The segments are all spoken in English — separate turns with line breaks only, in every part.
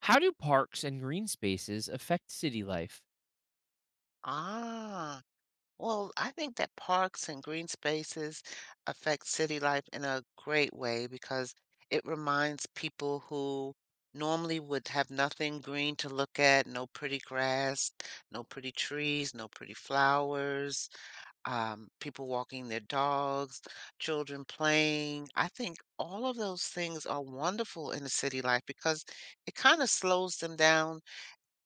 How do parks and green spaces affect city life?
Ah, well, I think that parks and green spaces affect city life in a great way because it reminds people who normally would have nothing green to look at, no pretty grass, no pretty trees, no pretty flowers, people walking their dogs, children playing. I think all of those things are wonderful in a city life because it kind of slows them down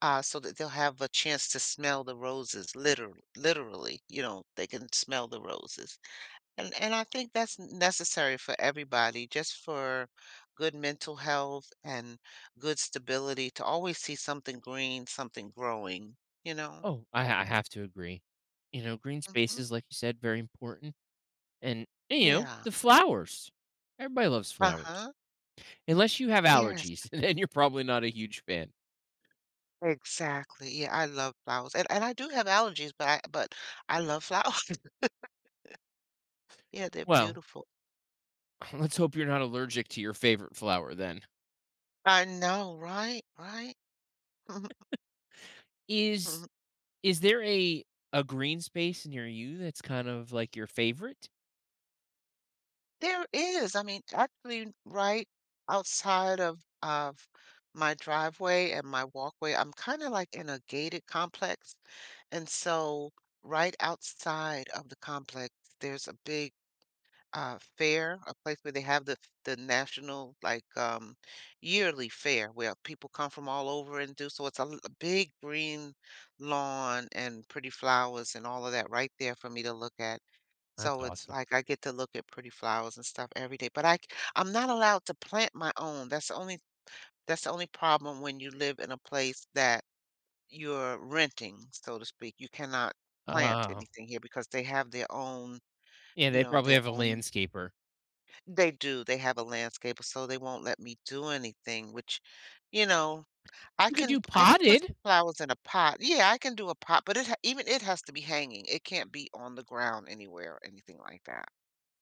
so that they'll have a chance to smell the roses, literally, they can smell the roses. And I think that's necessary for everybody, just for good mental health and good stability to always see something green, something growing, you know?
Oh, I have to agree. You know, green
Mhm.
spaces, like you said, very important. And, you know,
Yeah.
the flowers. Everybody loves flowers.
Uh-huh.
Unless you have
Yes,
allergies, then you're probably not a huge fan.
exactly. Yeah, I love flowers. And I do have allergies, but I love flowers. Yeah, they're
Well,
beautiful.
let's hope you're not allergic to your favorite flower then.
I know, right? Right?
Is is there a green space near you that's kind of like your favorite?
There is. I mean, actually, right outside of my driveway and my walkway, I'm kind of like in a gated complex. And so right outside of the complex, there's a big fair, a place where they have the national like yearly fair where people come from all over and do. So it's a big green lawn and pretty flowers and all of that right there for me to look at.
That's
So it's
awesome.
like I get to look at pretty flowers and stuff every day, but I'm not allowed to plant my own. That's the only problem when you live in a place that you're renting, so to speak. You cannot plant
Oh.
anything here because they have their own,
Yeah, they probably
their
have a
own
landscaper.
they do. They have a landscaper, so they won't let me do anything, which, you know, I
You could
can
do
I can put
potted.
some flowers in a pot. Yeah, I can do a pot, but it ha even it has to be hanging. It can't be on the ground anywhere or anything like that.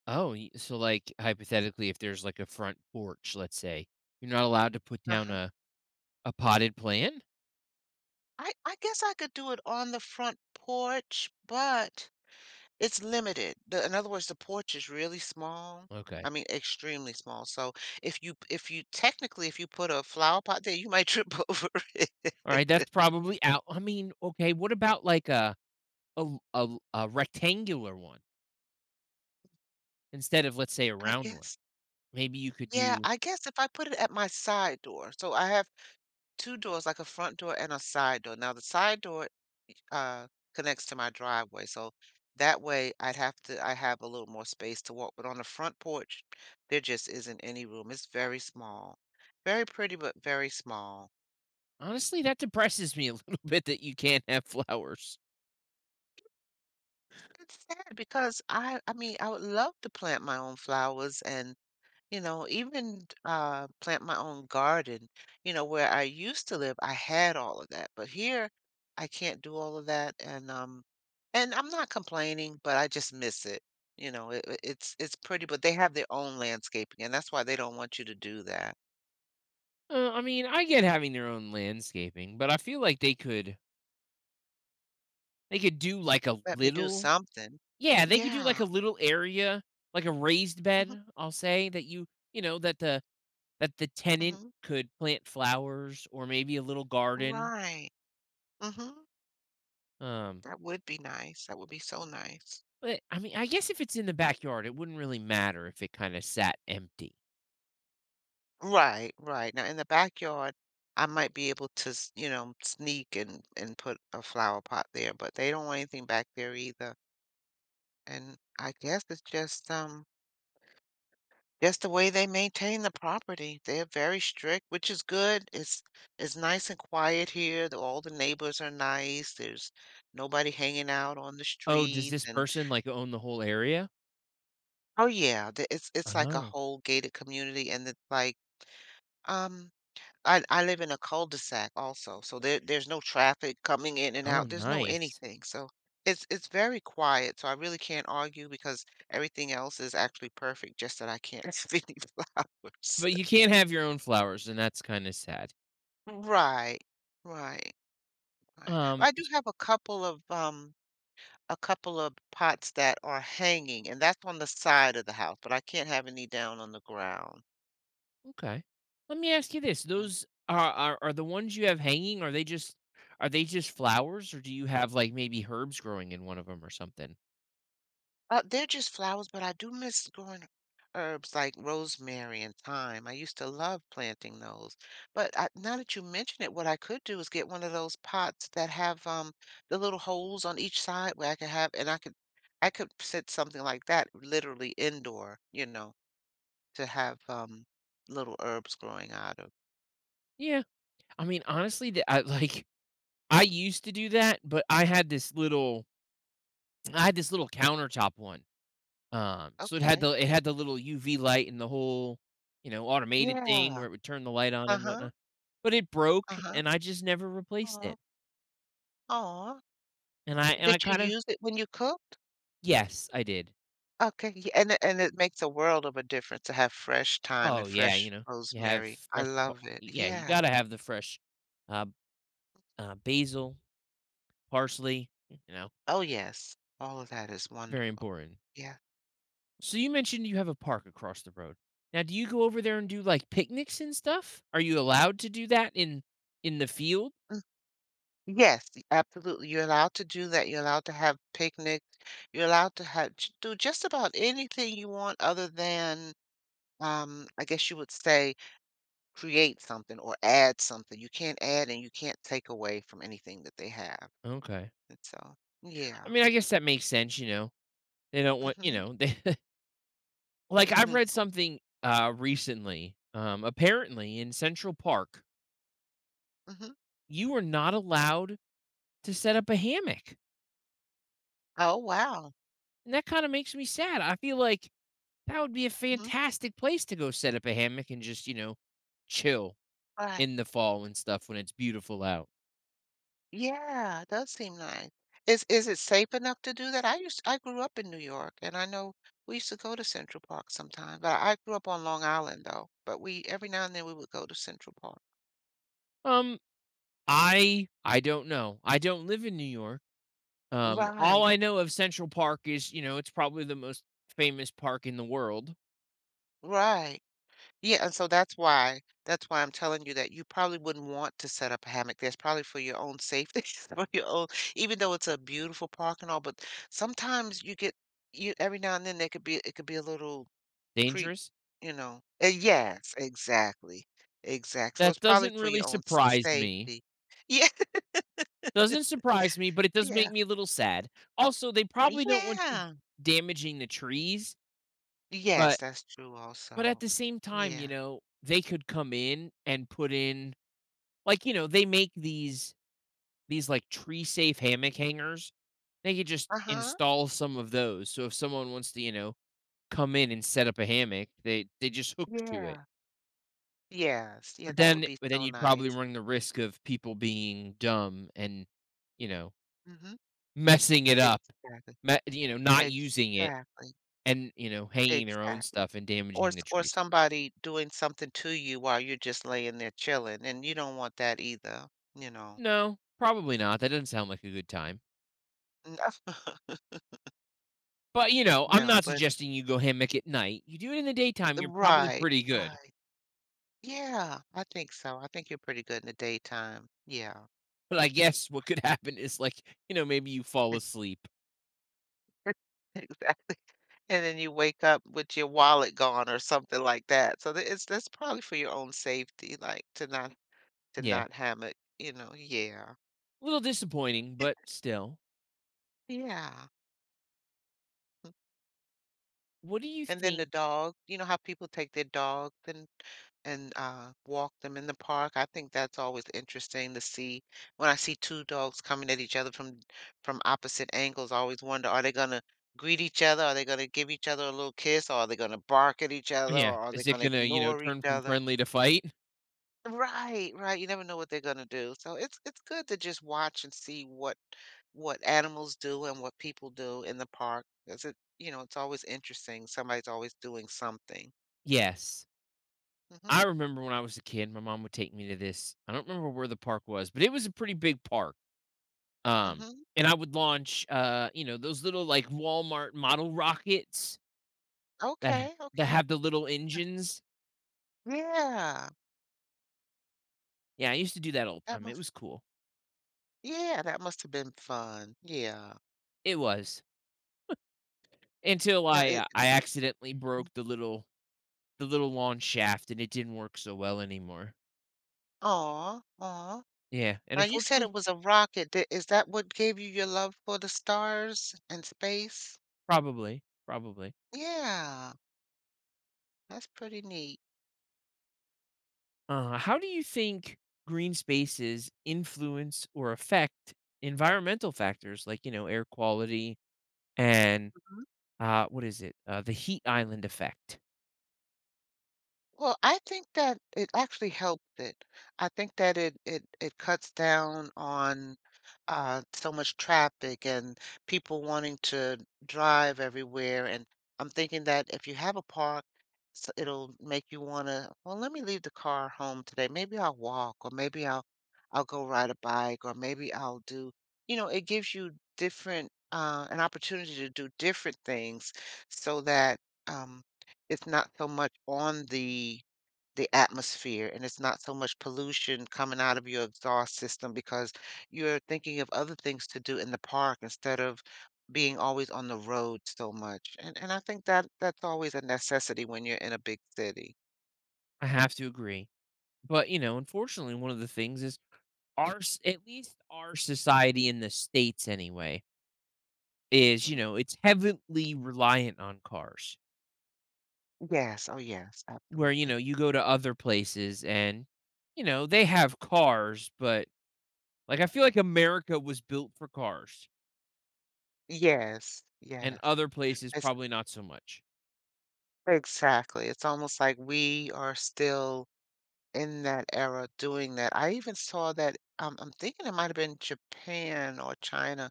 Oh, y so, like, hypothetically, if there's, like, a front porch, let's say, you're not allowed to put down
Uh-huh.
a potted plant?
I guess I could do it on the front porch, but it's limited. The In other words, the porch is really small.
Okay.
I mean, extremely small. So if you technically if you put a flower pot there, you might trip over it.
Alright, that's probably out I mean, okay, what about, like, a rectangular one instead of, let's say, a
I
round one?
guess.
Maybe you could
Yeah,
do
I guess if I put it at my side door. So I have two doors, like a front door and a side door. Now the side door uh, connects to my driveway. So that way I'd have to, I have a little more space to walk. But on the front porch, there just isn't any room. It's very small, very pretty, but very small.
honestly, that depresses me a little bit that you can't have flowers.
It's sad because I mean, I would love to plant my own flowers and you know, even plant my own garden. You know, where I used to live, I had all of that, but here I can't do all of that, and I'm not complaining, but I just miss it. You know, it's pretty, but they have their own landscaping, and that's why they don't want you to do that.
I mean, I get having their own landscaping, but I feel like they could do, like, a
Let me do
little
something.
Yeah, they could do
Yeah.
like a little area, like a raised
Hmm.
bed, I'll say that you know, that the tenant
Hmm.
could plant flowers or maybe a little garden.
Right. Hmm.
Um,
That would be nice. That would be so nice.
but I mean, I guess if it's in the backyard, it wouldn't really matter if it kind of sat empty.
Right, right. Now in the backyard, I might be able to, you know, sneak and put a flower pot there, but they don't want anything back there either. And I guess it's just the way they maintain the property. They're very strict, which is good. It's nice and quiet here. All the neighbors are nice. There's nobody hanging out on the
Oh, does
streets
this
and
person like own the whole area?
oh yeah, it's like a
Oh,
whole gated community and it's like um I live in a cul-de-sac also, so there's no traffic coming in and
oh,
out. There's no
nice.
anything. So it's very quiet. So I really can't argue because everything else is actually perfect, just that I can't see any flowers.
But you can't have your own flowers, and that's kind of sad.
Right. Right. Right. But
Um,
I do have a couple of pots that are hanging, and that's on the side of the house, but I can't have any down on the ground.
Okay. Let me ask you this: Those are, are the ones you have hanging? Are they just flowers, or do you have like maybe herbs growing in one of them or something?
They're just flowers, but I do miss growing herbs like rosemary and thyme. I used to love planting those. But I, now that you mention it, what I could do is get one of those pots that have the little holes on each side where I could have, and I could set something like that literally indoor, you know, to have little herbs growing out of.
Yeah. I mean, honestly, I like I used to do that, but I had this little I had this little countertop one. So it had
Okay.
the little UV light and the whole you know automated thing
Yeah.
where it would turn the light on and
Uh-huh.
whatnot. But it broke,
Uh-huh.
and I just never replaced
Aw.
it.
Aw.
And I
Did you
kind of
use it when you cooked?
yes, I did.
Okay, yeah, and it makes a world of a difference to have fresh thyme
Oh,
and
yeah, you
fresh
know, you have
rosemary. I
fresh pa
love it.
yeah, you
Yeah.
gotta have the fresh, uh basil, parsley, you know,
Oh, yes. All of that is
very
wonderful.
important.
Yeah.
So you mentioned you have a park across the road. Now do you go over there and do, like, picnics and stuff? Are you allowed to do that in the field?
Mm. Yes, absolutely. You're allowed to do that. You're allowed to have picnics. You're allowed to have j do just about anything you want other than, I guess you would say, create something or add something. You can't add and you can't take away from anything that they have,
Okay.
and so
I
yeah.
mean, I guess that makes sense, you know, they don't want you
Mhm.
know, they like, I've
Mhm.
read something, recently, apparently in Central Park,
Mhm.
you are not allowed to set up a hammock.
Oh, wow.
And that kind of makes me sad. I feel like that would be a
Mhm.
fantastic place to go set up a hammock and just, you know, chill
Right.
in the fall and stuff when it's beautiful out.
Yeah, it does seem nice. Is it safe enough to do that? I grew up in New York, and I know we used to go to Central Park sometimes. But I grew up on Long Island though. But we every now and then we would go to Central Park.
Um, I don't know. I don't live in New York. All
Right,
I know of Central Park is, you know, it's probably the most famous park in the world.
right. Yeah, and so that's why I'm telling you that you probably wouldn't want to set up a havoc. That's probably for your own safety, for your own, even though it's a beautiful park and all, but sometimes you get you every now and then there could be it could be a little creep,
Dangerous?
you know yes, exactly, exact so
That
it's probably
doesn't
for
really
your own
surprise me.
safety. Yeah,
Doesn't surprise me, but it does
yeah,
make me a little sad. Also, they probably don't want you
yeah.
damaging the trees,
Yes,
but
that's true
but at
also.
the same time, you
Yeah.
know, they could come in and put in like, you know, they make these like tree safe hammock hangers. They could just
Uh-huh.
install some of those. So if someone wants to, you know, come in and set up a hammock, they just hook to it.
Yeah. Yes, yeah,
But
that would
then
be
but then
so
you'd probably
nice.
run the risk of people being dumb and, you know,
Mhm.
messing it up.
Exactly,
Me- you know, not using it
exactly,
and, you know, hanging their own
exactly.
stuff and
Or
damaging
s
the
or
trees.
somebody doing something to you while you're just laying there chilling, and you don't want that either, you know.
No, probably not. That doesn't sound like a good time. But, you know, I'm
No,
not
but
suggesting you go hammock at night. You do it in the daytime, you're probably
right,
pretty good.
right. Yeah, I think so. I think you're pretty good in the daytime. Yeah.
But I guess what could happen is like, you know, maybe you fall asleep.
Exactly. And then you wake up with your wallet gone or something like that. So that it's that's probably for your own safety, like to
Yeah.
not have it, you know. Yeah.
A little disappointing, but still.
Yeah.
What do you
And then
think?
the dog, you know how people take their dog and, walk them in the park. I think that's always interesting to see. When I see 2 dogs coming at each other from opposite angles, I always wonder, are they gonna greet each other? Are they gonna give each other a little kiss? Or are they gonna bark at each other?
Yeah.
Or are they
Is it
gonna
going to, you know,
ignore
turn
each
from
other?
friendly to fight?
Right, right, you never know what they're gonna do. So it's good to just watch and see what animals do and what people do in the park 'cause it you know, it's always interesting. Somebody's always doing something.
Yes.
Mhm,
I remember when I was a kid, my mom would take me to this. I don't remember where the park was, but it was a pretty big park. Um,
mhm.
and I would launch, you know, those little like Walmart model rockets that
Okay, okay.
have the little engines
Yeah,
Yeah, I used to do that all the
that
time, it
must
was cool.
yeah, that must have been fun, yeah.
It was, until
Now it
I accidentally broke the little lawn shaft, and it didn't work so well anymore.
Aw, aw.
Yeah, and
Now you said
unfortunately
it was a rocket, di is that what gave you your love for the stars and space?
probably, probably.
Yeah, that's pretty neat.
How do you think green spaces influence or affect environmental factors like, you know, air quality and,
Mhm.
what is it? The heat island effect?
Well, I think that it actually helps it. I think that it cuts down on so much traffic and people wanting to drive everywhere. And I'm thinking that if you have a park, it'll make you want to, well, let me leave the car home today. Maybe I'll walk, or maybe I'll go ride a bike, or maybe I'll do, you know, it gives you different an opportunity to do different things so that um, it's not so much on the atmosphere and it's not so much pollution coming out of your exhaust system because you're thinking of other things to do in the park instead of being always on the road so much. And I think that that's always a necessity when you're in a big city.
I have to agree, but, you know, unfortunately, one of the things is our s at least our society in the States anyway is, you
Mhm.
know, it's heavily reliant on cars.
Yes, oh yes,
Where, you know,
absolutely.
you go to
Mhm.
other places and, you know, they have cars, but like I feel like America was built for cars
Yes,
and
yes.
other places
It's
probably not so much.
exactly. It's almost like we are still in that era doing that. I even saw that I'm thinking it might have been Japan or China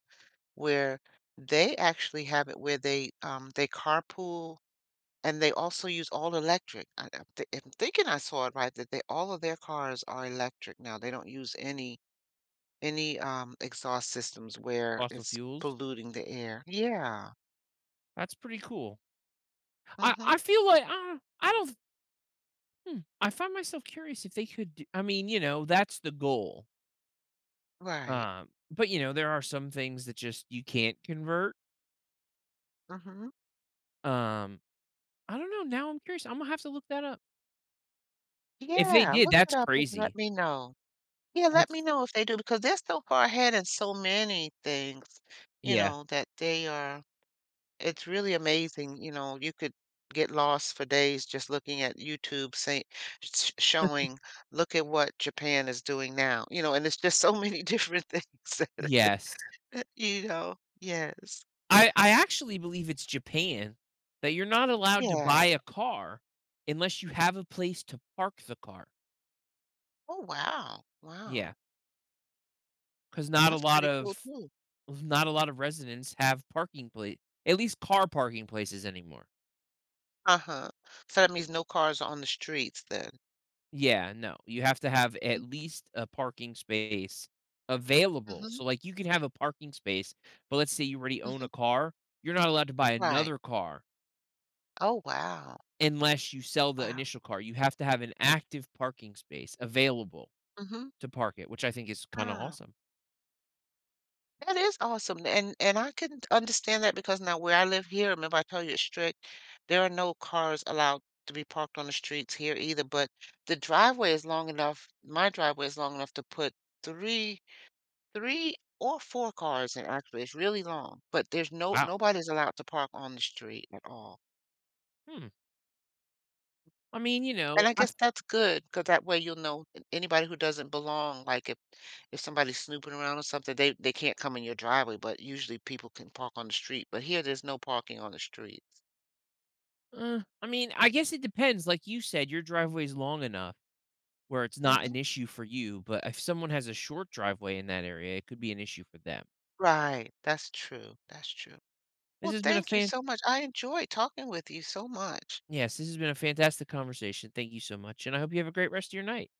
where they actually have it where they carpool and they also use all electric. I'm thinking I saw it right that they all of their cars are electric now. They don't use any exhaust systems where
Fossil
it's
fuels,
polluting the air. Yeah.
that's pretty cool. I,
Mhm.
I feel like I don't hmm, I find myself curious if they could do, I mean, you know, that's the goal.
Right.
But you know, there are some things that just you can't convert.
Mhm.
Um, I don't know. Now I'm curious. I'm gonna have to look that up. If they
Yeah,
did,
look
that's
it up and let
crazy.
me know. Yeah, let me
That's
know if they do because they're so far ahead in so many things, you
yeah.
know, that they are it's really amazing, you know, you could get lost for days just looking at YouTube saying sh showing, "Look at what Japan is doing now," you know, and it's just so many different things
Yes.
you know. Yes.
I actually believe it's Japan that you're not allowed to
Yeah.
buy a car unless you have a place to park the car.
Oh, wow.
Yeah,
Wow.
cause
And that's pretty cool too.
not a lot of residents have parking place at least car parking places anymore.
Uh-huh. So that means no cars are on the streets then.
Yeah, no, you have to have at
Mhm,
least a parking space available.
mhm,
So, like, you can have a parking space, but let's say you already own a
mhm.
car, you're not allowed to buy
Right.
another car
Oh, wow.
unless you sell the
Wow.
initial car. You have to have an active parking space available
Mhm.
to park it, which I think is kinda
Wow.
awesome.
That is awesome, and I can understand that because now where I live here, remember I told you it's strict, there are no cars allowed to be parked on the streets here either, but the driveway is long enough my driveway is long enough to put 3 3 or 4 cars in, actually, it's really long, but there's no
Wow.
nobody's allowed to park on the street at all.
Hmm. I mean, you know,
And I guess that's good because that way you'll know an anybody who doesn't belong, like, if somebody's snooping around or something, they can't come in your driveway, but usually people can park on the street, but here there's no parking on the streets.
I mean, I guess it depends. Like you said, your driveway is long enough where it's not
Mhm.
an issue for you, but if someone has a short driveway in that area, it could be an issue for them.
Right. That's true, that's true.
This
Well,
has been a
thank you
fan
so much. I enjoyed talking with you so much.
Yes, this has been a fantastic conversation. Thank you so much, and I hope you have a great rest of your night.